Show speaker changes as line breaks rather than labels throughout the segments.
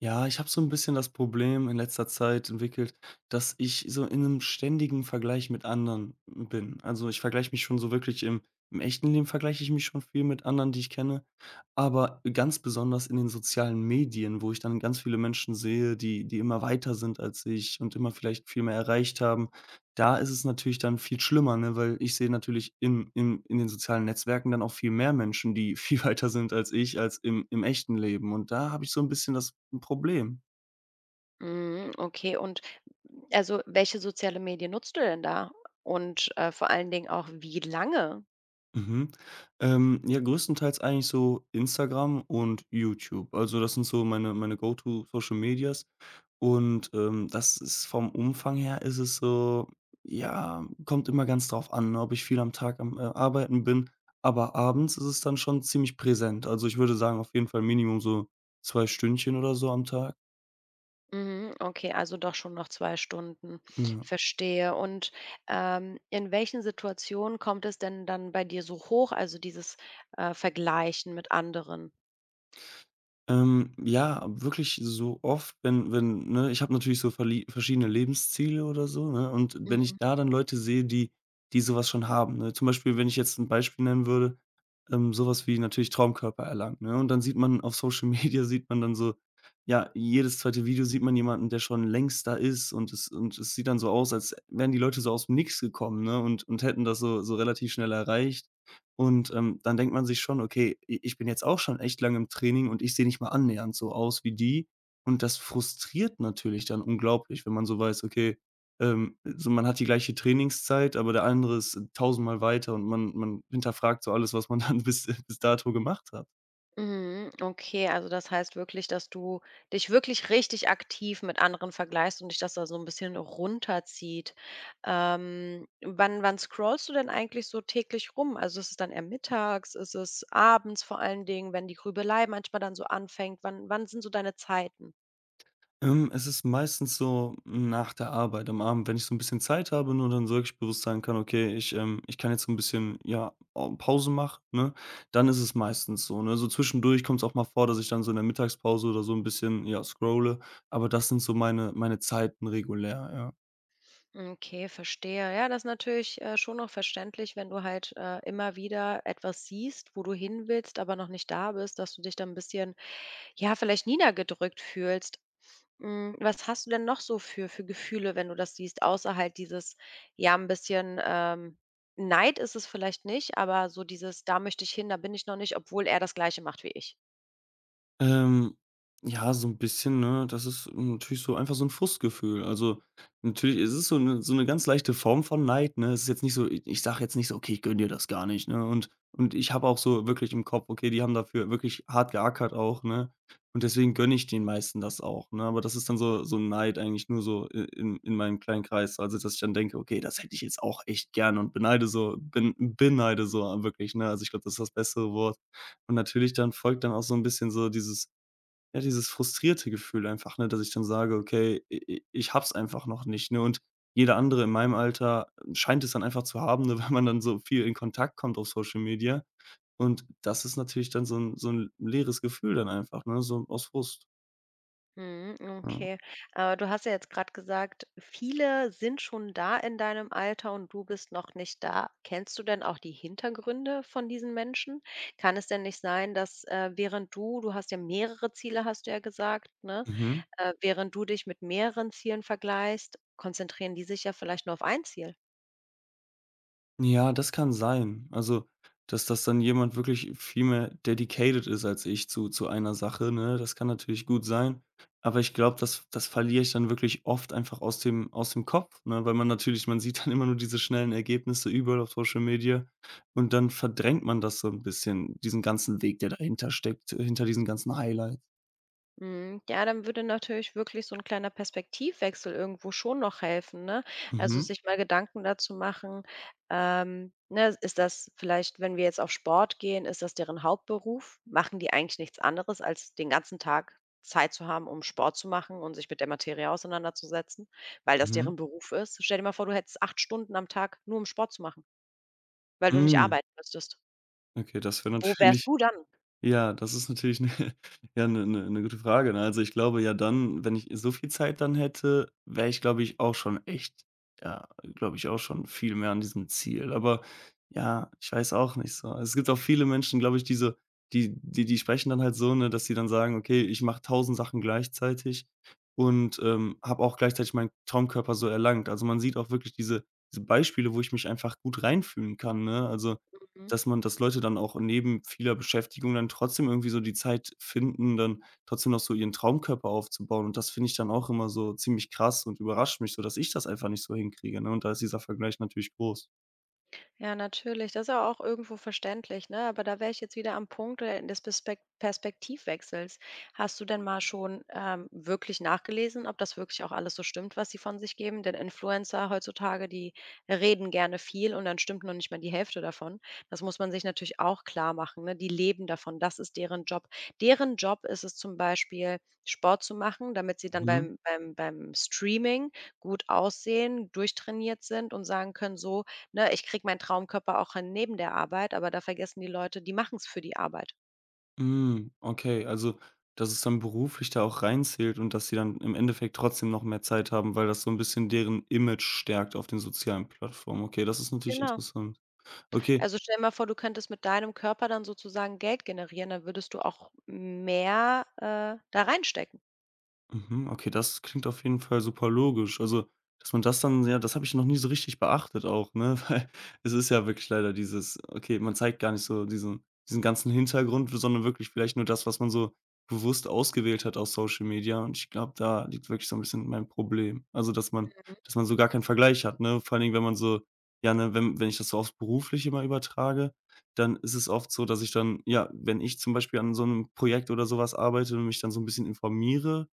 Ja, ich habe so ein bisschen das Problem in letzter Zeit entwickelt, dass ich so in einem ständigen Vergleich mit anderen bin. Also, ich vergleiche mich schon so wirklich im echten Leben vergleiche ich mich schon viel mit anderen, die ich kenne, aber ganz besonders in den sozialen Medien, wo ich dann ganz viele Menschen sehe, die immer weiter sind als ich und immer vielleicht viel mehr erreicht haben. Da ist es natürlich dann viel schlimmer, ne, weil ich sehe natürlich im im in den sozialen Netzwerken dann auch viel mehr Menschen, die viel weiter sind als ich, als im echten Leben. Und da habe ich so ein bisschen das Problem.
Mhm, okay und also, welche soziale Medien nutzt du denn da? Und, vor allen Dingen auch wie lange?
Mhm. Ja, größtenteils eigentlich so Instagram und YouTube. Also, das sind so meine Go-to Social Medias und, das ist vom Umfang her ist es so ja, kommt immer ganz drauf an, ne, ob ich viel am Tag am, Arbeiten bin, aber abends ist es dann schon ziemlich präsent. Also, ich würde sagen, auf jeden Fall Minimum so 2 Stündchen oder so am Tag.
Mhm, okay, also doch schon noch 2 Stunden.
Ja.
Verstehe und, in welchen Situationen kommt es denn dann bei dir so hoch, also dieses, Vergleichen mit anderen?
Ja, wirklich so oft, wenn ne, ich habe natürlich so verlie verschiedene Lebensziele oder so, ne, und wenn ich da dann Leute sehe, die sowas schon haben, ne? Zum Beispiel, wenn ich jetzt ein Beispiel nennen würde, so wie natürlich Traumkörper erlangen, ne? Und dann sieht man auf Social Media sieht man dann so ja, jedes zweite Video sieht man jemanden, der schon längst da ist und es sieht dann so aus, als wären die Leute so aus dem Nix gekommen, ne, und hätten das so relativ schnell erreicht. Und, dann denkt man sich schon: „Okay, i ich bin jetzt auch schon echt lange im Training und ich sehe nicht mal annähernd so aus wie die.“ Und das frustriert natürlich dann unglaublich, wenn man so weiß, okay, so man hat die gleiche Trainingszeit, aber der andere ist tausendmal weiter und man hinterfragt so alles, was man dann bis dato gemacht hat.
Mhm, okay, also das heißt wirklich, dass du dich wirklich richtig aktiv mit anderen vergleichst und dich das da so ein bisschen runterzieht. Wann scrollst du denn eigentlich so täglich rum? Also, ist es dann eher mittags? Ist es abends vor allen Dingen, wenn die Grübelei manchmal dann so anfängt? Wann sind so deine Zeiten?
Es ist meistens so nach der Arbeit am Abend, wenn ich so ein bisschen Zeit habe, ne, und dann so wirklich bewusst sagen kann: „Okay, ich, ich kann jetzt so ein bisschen, ja, au Pause machen“, ne? Dann ist es meistens so, ne? So zwischendurch kommt es auch mal vor, dass ich dann so in der Mittagspause oder so ein bisschen, ja, scrolle, aber das sind so meine Zeiten regulär, ja.
Okay, verstehe. Ja, das ist natürlich, schon noch verständlich, wenn du halt, immer wieder etwas siehst, wo du hin willst, aber noch nicht da bist, dass du dich dann ein bisschen, ja, vielleicht niedergedrückt fühlst. Hm, was hast du denn noch so für Gefühle, wenn du das siehst, außer halt dieses, ja, 'n bisschen, Neid ist es vielleicht nicht, aber so dieses: „Da möchte ich hin, da bin ich noch nicht“, obwohl er das Gleiche macht wie ich?
Ähm, ja, so ein bisschen, ne? Das ist natürlich so einfach so ein Frustgefühl. Also, natürlich es ist so 'ne so eine ganz leichte Form von Neid, ne? Es ist jetzt nicht so i ich sage jetzt nicht so: „Okay, ich gönn dir das gar nicht“, ne? Und ich habe auch so wirklich im Kopf: „Okay, die haben dafür wirklich hart geackert auch“, ne? Und deswegen gönne ich den meisten das auch, ne? Aber das ist dann so so 'n Neid eigentlich nur so i in meinem kleinen Kreis. Also, dass ich dann denke: „Okay, das hätte ich jetzt auch echt gern“ und beneide so beneide so wirklich, ne? Also, ich glaube, das ist das bessere Wort. Und natürlich dann folgt dann auch so ein bisschen so dieses ja, dieses frustrierte Gefühl einfach, ne, dass ich dann sage: „Okay, i i ich hab's einfach noch nicht“, ne? Und jeder andere in meinem Alter scheint es dann einfach zu haben, ne, weil man dann so viel in Kontakt kommt auf Social Media. Und das ist natürlich dann so ein leeres Gefühl dann einfach, ne, so aus Frust.
Mhm,
Ja.
okay. Aber du hast ja jetzt gerade gesagt, viele sind schon da in deinem Alter und du bist noch nicht da. Kennst du denn auch die Hintergründe von diesen Menschen? Kann es denn nicht sein, dass, während du du hast ja mehrere Ziele, hast du ja gesagt, ne?
Mhm.
Während du dich mit mehreren Zielen vergleichst, konzentrieren die sich ja vielleicht nur auf ein Ziel.
Ja, das kann sein. Also, dass das dann jemand wirklich viel mehr dedicated ist als ich zu einer Sache, ne? Das kann natürlich gut sein. Aber ich glaube, das verliere ich dann wirklich oft einfach aus dem Kopf, ne? Weil man natürlich man sieht dann immer nur diese schnellen Ergebnisse überall auf Social Media und dann verdrängt man das so ein bisschen, diesen ganzen Weg, der dahinter steckt, hinter diesen ganzen Highlights.
Mhm. Ja, dann würde natürlich wirklich so ein kleiner Perspektivwechsel irgendwo schon noch helfen, ne? Also,
Mhm,
sich mal Gedanken dazu machen, ne, ist das vielleicht, wenn wir jetzt auf Sport gehen, ist das deren Hauptberuf? Machen die eigentlich nichts anderes, als den ganzen Tag Zeit zu haben, um Sport zu machen und sich mit der Materie auseinanderzusetzen, weil das
mhm.
deren Beruf ist? Stell dir mal vor, du hättest 8 Stunden am Tag nur, um Sport zu machen, weil du nicht
Hm,
arbeiten müsstest.
okay, das wäre
Wo wärst
natürlich
du dann?
ja, das ist natürlich 'ne ja, 'ne gute Frage, ne? Also, ich glaube ja dann, wenn ich so viel Zeit dann hätte, wäre ich, glaube ich, auch schon echt ja, glaube ich, auch schon viel mehr an diesem Ziel. Aber ja, ich weiß auch nicht so. Es gibt auch viele Menschen, glaube ich, die so die sprechen dann halt so, ne, dass sie dann sagen: „Okay, ich mache tausend Sachen gleichzeitig und, habe auch gleichzeitig meinen Traumkörper so erlangt.“ Also, man sieht auch wirklich diese Beispiele, wo ich mich einfach gut reinfühlen kann, ne? Also
Mhm.
dass Leute dann auch neben vieler Beschäftigung dann trotzdem irgendwie so die Zeit finden, dann trotzdem noch so ihren Traumkörper aufzubauen. Und das finde ich dann auch immer so ziemlich krass und überrascht mich so, dass ich das einfach nicht so hinkriege, ne? Und da ist dieser Vergleich natürlich groß.
Ja, natürlich. Das ist ja auch irgendwo verständlich, ne? Aber da wäre ich jetzt wieder am Punkt des Perspektivwechsels. Hast du denn mal schon wirklich nachgelesen, ob das wirklich auch alles so stimmt, was sie von sich geben? Denn Influencer heutzutage, die reden gerne viel und dann stimmt noch nicht mal die Hälfte davon. Das muss man sich natürlich auch klar machen, ne? Die leben davon. Das ist deren Job. Deren Job ist es zum Beispiel, Sport zu machen, damit sie dann
Mhm.
beim Streaming gut aussehen, durchtrainiert sind und sagen können, so, ne, ich kriege meinen Traumkörper auch hin neben der Arbeit, aber da vergessen die Leute, die machen es für die Arbeit.
Hm, okay, also, dass es dann beruflich da auch reinzählt und dass sie dann im Endeffekt trotzdem noch mehr Zeit haben, weil das so ein bisschen deren Image stärkt auf den sozialen Plattformen. Okay, das ist natürlich
Genau.
interessant. Okay.
Also, stell dir mal vor, du könntest mit deinem Körper dann sozusagen Geld generieren, dann würdest du auch mehr, da reinstecken.
Mhm, okay, das klingt auf jeden Fall super logisch. Also, dass man das dann ja, das habe ich noch nie so richtig beachtet auch, ne? Weil es ist ja wirklich leider dieses, okay, man zeigt gar nicht so diesen ganzen Hintergrund, sondern wirklich vielleicht nur das, was man so bewusst ausgewählt hat aus Social Media. Und ich glaube, da liegt wirklich so ein bisschen mein Problem. Also, dass man so gar keinen Vergleich hat, ne? Vor allen Dingen, wenn man so ja, ne, wenn ich das so aufs Berufliche mal übertrage, dann ist es oft so, dass ich dann ja, wenn ich zum Beispiel an so einem Projekt oder sowas arbeite und mich dann so ein bisschen informiere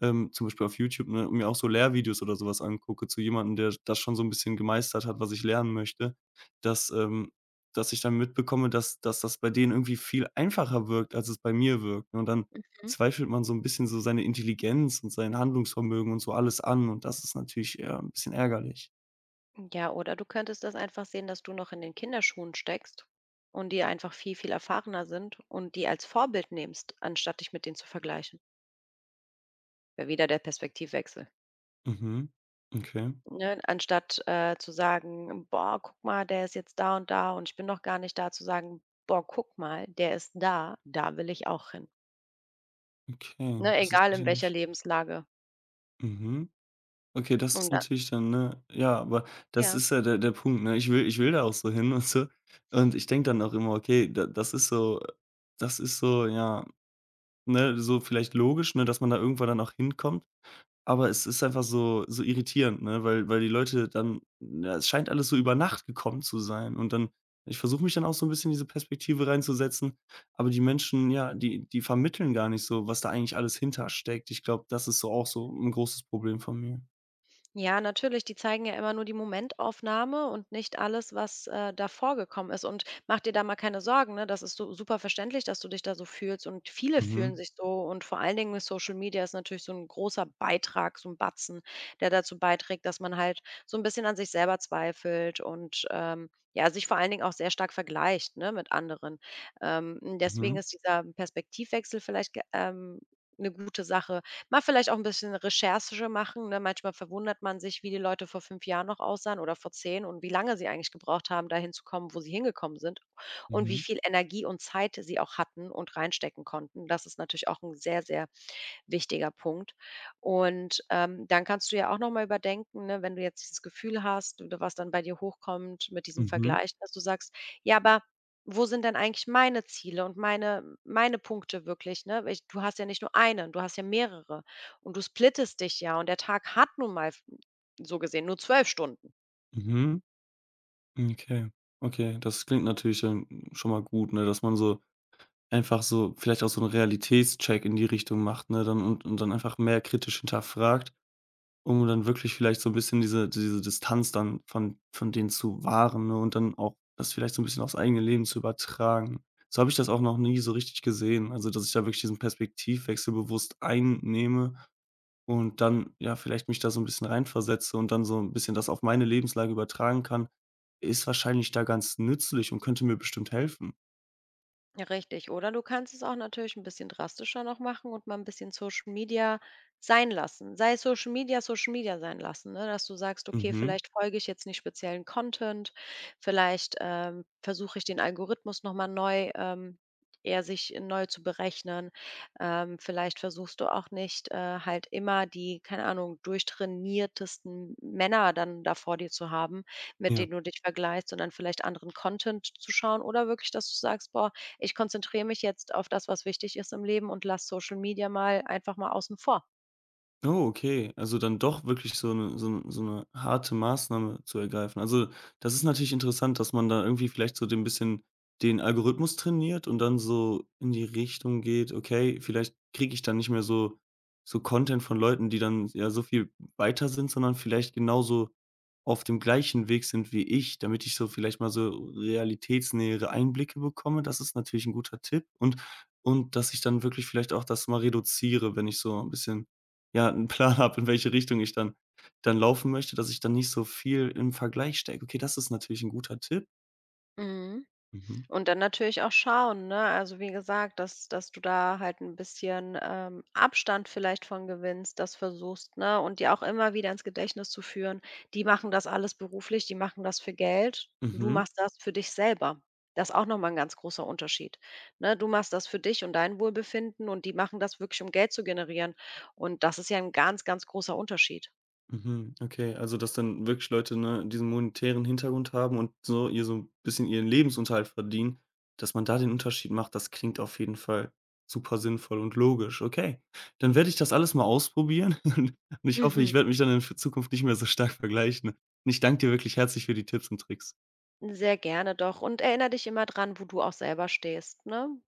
zum Beispiel auf YouTube, ne, mir auch so Lehrvideos oder sowas angucke zu jemandem, der das schon so 'n bisschen gemeistert hat, was ich lernen möchte, dass ähm, dass ich dann mitbekomme, dass das bei denen irgendwie viel einfacher wirkt, als es bei mir wirkt, ne? Und dann
Mhm.
zweifelt man so 'n bisschen so seine Intelligenz und sein Handlungsvermögen und so alles an und das ist natürlich, ja, 'n bisschen ärgerlich.
Ja, oder du könntest das einfach sehen, dass du noch in den Kinderschuhen steckst und die einfach viel, viel erfahrener sind und die als Vorbild nimmst, anstatt dich mit denen zu vergleichen. Wäre wieder der Perspektivwechsel.
Mhm. Okay,
Ne, anstatt, zu sagen: „Boah, guck mal, der ist jetzt da und da und ich bin noch gar nicht da“, zu sagen: „Boah, guck mal, der ist da, da will ich auch hin.“
okay,
Ne,
das ist
egal in welcher
natürlich
Lebenslage.
mhm. Okay, das
Und
ist
da
natürlich dann, ne ja, aber das
ja.
ist ja der Punkt, ne? Ich will da auch so hin und so. Und ich denke dann auch immer: „Okay, da das ist so, ja, ne, so vielleicht logisch, ne, dass man da irgendwann dann auch hinkommt.“ Aber es ist einfach so so irritierend, ne, weil die Leute dann ja, es scheint alles so über Nacht gekommen zu sein. Und dann ich versuche mich dann auch so ein bisschen in diese Perspektive reinzusetzen, aber die Menschen, ja, die vermitteln gar nicht so, was da eigentlich alles hintersteckt. Ich glaube, das ist so auch so ein großes Problem von mir.
Ja, natürlich, die zeigen ja immer nur die Momentaufnahme und nicht alles, was, davor gekommen ist. Und mach dir da mal keine Sorgen, ne? Das ist so super verständlich, dass du dich da so fühlst und viele fühlen
Mhm.
sich so und vor allen Dingen mit Social Media ist natürlich so ein großer Beitrag, so ein Batzen, der dazu beiträgt, dass man halt so ein bisschen an sich selber zweifelt und, ja, sich vor allen Dingen auch sehr stark vergleicht, ne, mit anderen. Deswegen
Mhm,
ist dieser Perspektivwechsel vielleicht ge 'ne gute Sache. Mal vielleicht auch ein bisschen Recherche machen, ne? Manchmal verwundert man sich, wie die Leute vor 5 Jahren noch aussahen oder vor 10 und wie lange sie eigentlich gebraucht haben, dahin zu kommen, wo sie hingekommen sind und wie
mhm,
viel Energie und Zeit sie auch hatten und reinstecken konnten. Das ist natürlich auch ein sehr, sehr wichtiger Punkt. Und, dann kannst du ja auch noch mal überdenken, ne, wenn du jetzt dieses Gefühl hast oder was dann bei dir hochkommt mit diesem
mhm,
Vergleich, dass du sagst: „Ja, aber wo sind denn eigentlich meine Ziele und meine Punkte wirklich, ne?“ Weil ich du hast ja nicht nur einen, du hast ja mehrere und du splittest dich ja und der Tag hat nun mal so gesehen nur 12 Stunden.
mhm. Mhm, okay, okay. Das klingt natürlich dann schon mal gut, ne, dass man so einfach so vielleicht auch so 'n Realitätscheck in die Richtung macht, ne, dann und dann einfach mehr kritisch hinterfragt, um dann wirklich vielleicht so 'n bisschen diese Distanz dann von denen zu wahren, ne, und dann auch das vielleicht so 'n bisschen aufs eigene Leben zu übertragen. So habe ich das auch noch nie so richtig gesehen, also, dass ich da wirklich diesen Perspektivwechsel bewusst einnehme. Und dann, ja, vielleicht mich da so ein bisschen reinversetze und dann so ein bisschen das auf meine Lebenslage übertragen kann, ist wahrscheinlich da ganz nützlich und könnte mir bestimmt helfen.
Ja, richtig. Oder du kannst es auch natürlich ein bisschen drastischer noch machen und mal ein bisschen Social Media sein lassen. Sei es Social Media, Social Media sein lassen, ne? Dass du sagst: „Okay,
Mhm.
vielleicht folge ich jetzt nicht speziellen Content, vielleicht, versuche ich den Algorithmus noch mal neu er sich neu zu berechnen. Vielleicht versuchst du auch nicht, halt immer die, keine Ahnung, durchtrainiertesten Männer dann da vor dir zu haben, mit
Ja.
denen du dich vergleichst, sondern vielleicht anderen Content zu schauen oder wirklich, dass du sagst: „Boah, ich konzentriere mich jetzt auf das, was wichtig ist im Leben und lasse Social Media mal einfach mal außen vor.
Oh, okay. Also dann doch wirklich so eine so 'n so 'ne harte Maßnahme zu ergreifen. Also, das ist natürlich interessant, dass man da irgendwie vielleicht so den Algorithmus trainiert und dann so in die Richtung geht: „Okay, vielleicht kriege ich dann nicht mehr so Content von Leuten, die dann ja so viel weiter sind, sondern vielleicht genauso auf dem gleichen Weg sind wie ich, damit ich so vielleicht mal so realitätsnähere Einblicke bekomme.“ Das ist natürlich ein guter Tipp und dass ich dann wirklich vielleicht auch das mal reduziere, wenn ich so ein bisschen ja, einen Plan habe, in welche Richtung ich dann laufen möchte, dass ich dann nicht so viel im Vergleich stecke. Okay, das ist natürlich ein guter Tipp.
Mhm.
Mhm.
Und dann natürlich auch schauen, ne? Also wie gesagt, dass, dass du da halt ein bisschen Abstand vielleicht von gewinnst, das versuchst, ne? Und dir auch immer wieder ins Gedächtnis zu führen, die machen das alles beruflich, die machen das für Geld, du
Mhm.
machst das für dich selber. Das ist auch nochmal ein ganz großer Unterschied. Ne? Du machst das für dich und dein Wohlbefinden und die machen das wirklich, um Geld zu generieren. Und das ist ja ein ganz, ganz großer Unterschied.
Mhm. Okay, also, dass dann wirklich Leute, ne, diesen monetären Hintergrund haben und so ihr so ein bisschen ihren Lebensunterhalt verdienen, dass man da den Unterschied macht, das klingt auf jeden Fall super sinnvoll und logisch. Okay, dann werde ich das alles mal ausprobieren und ich hoffe,
Mhm.
ich werde mich dann in Zukunft nicht mehr so stark vergleichen. Und ich danke dir wirklich herzlich für die Tipps und Tricks.
Sehr gerne doch und erinnere dich immer dran, wo du auch selber stehst, ne?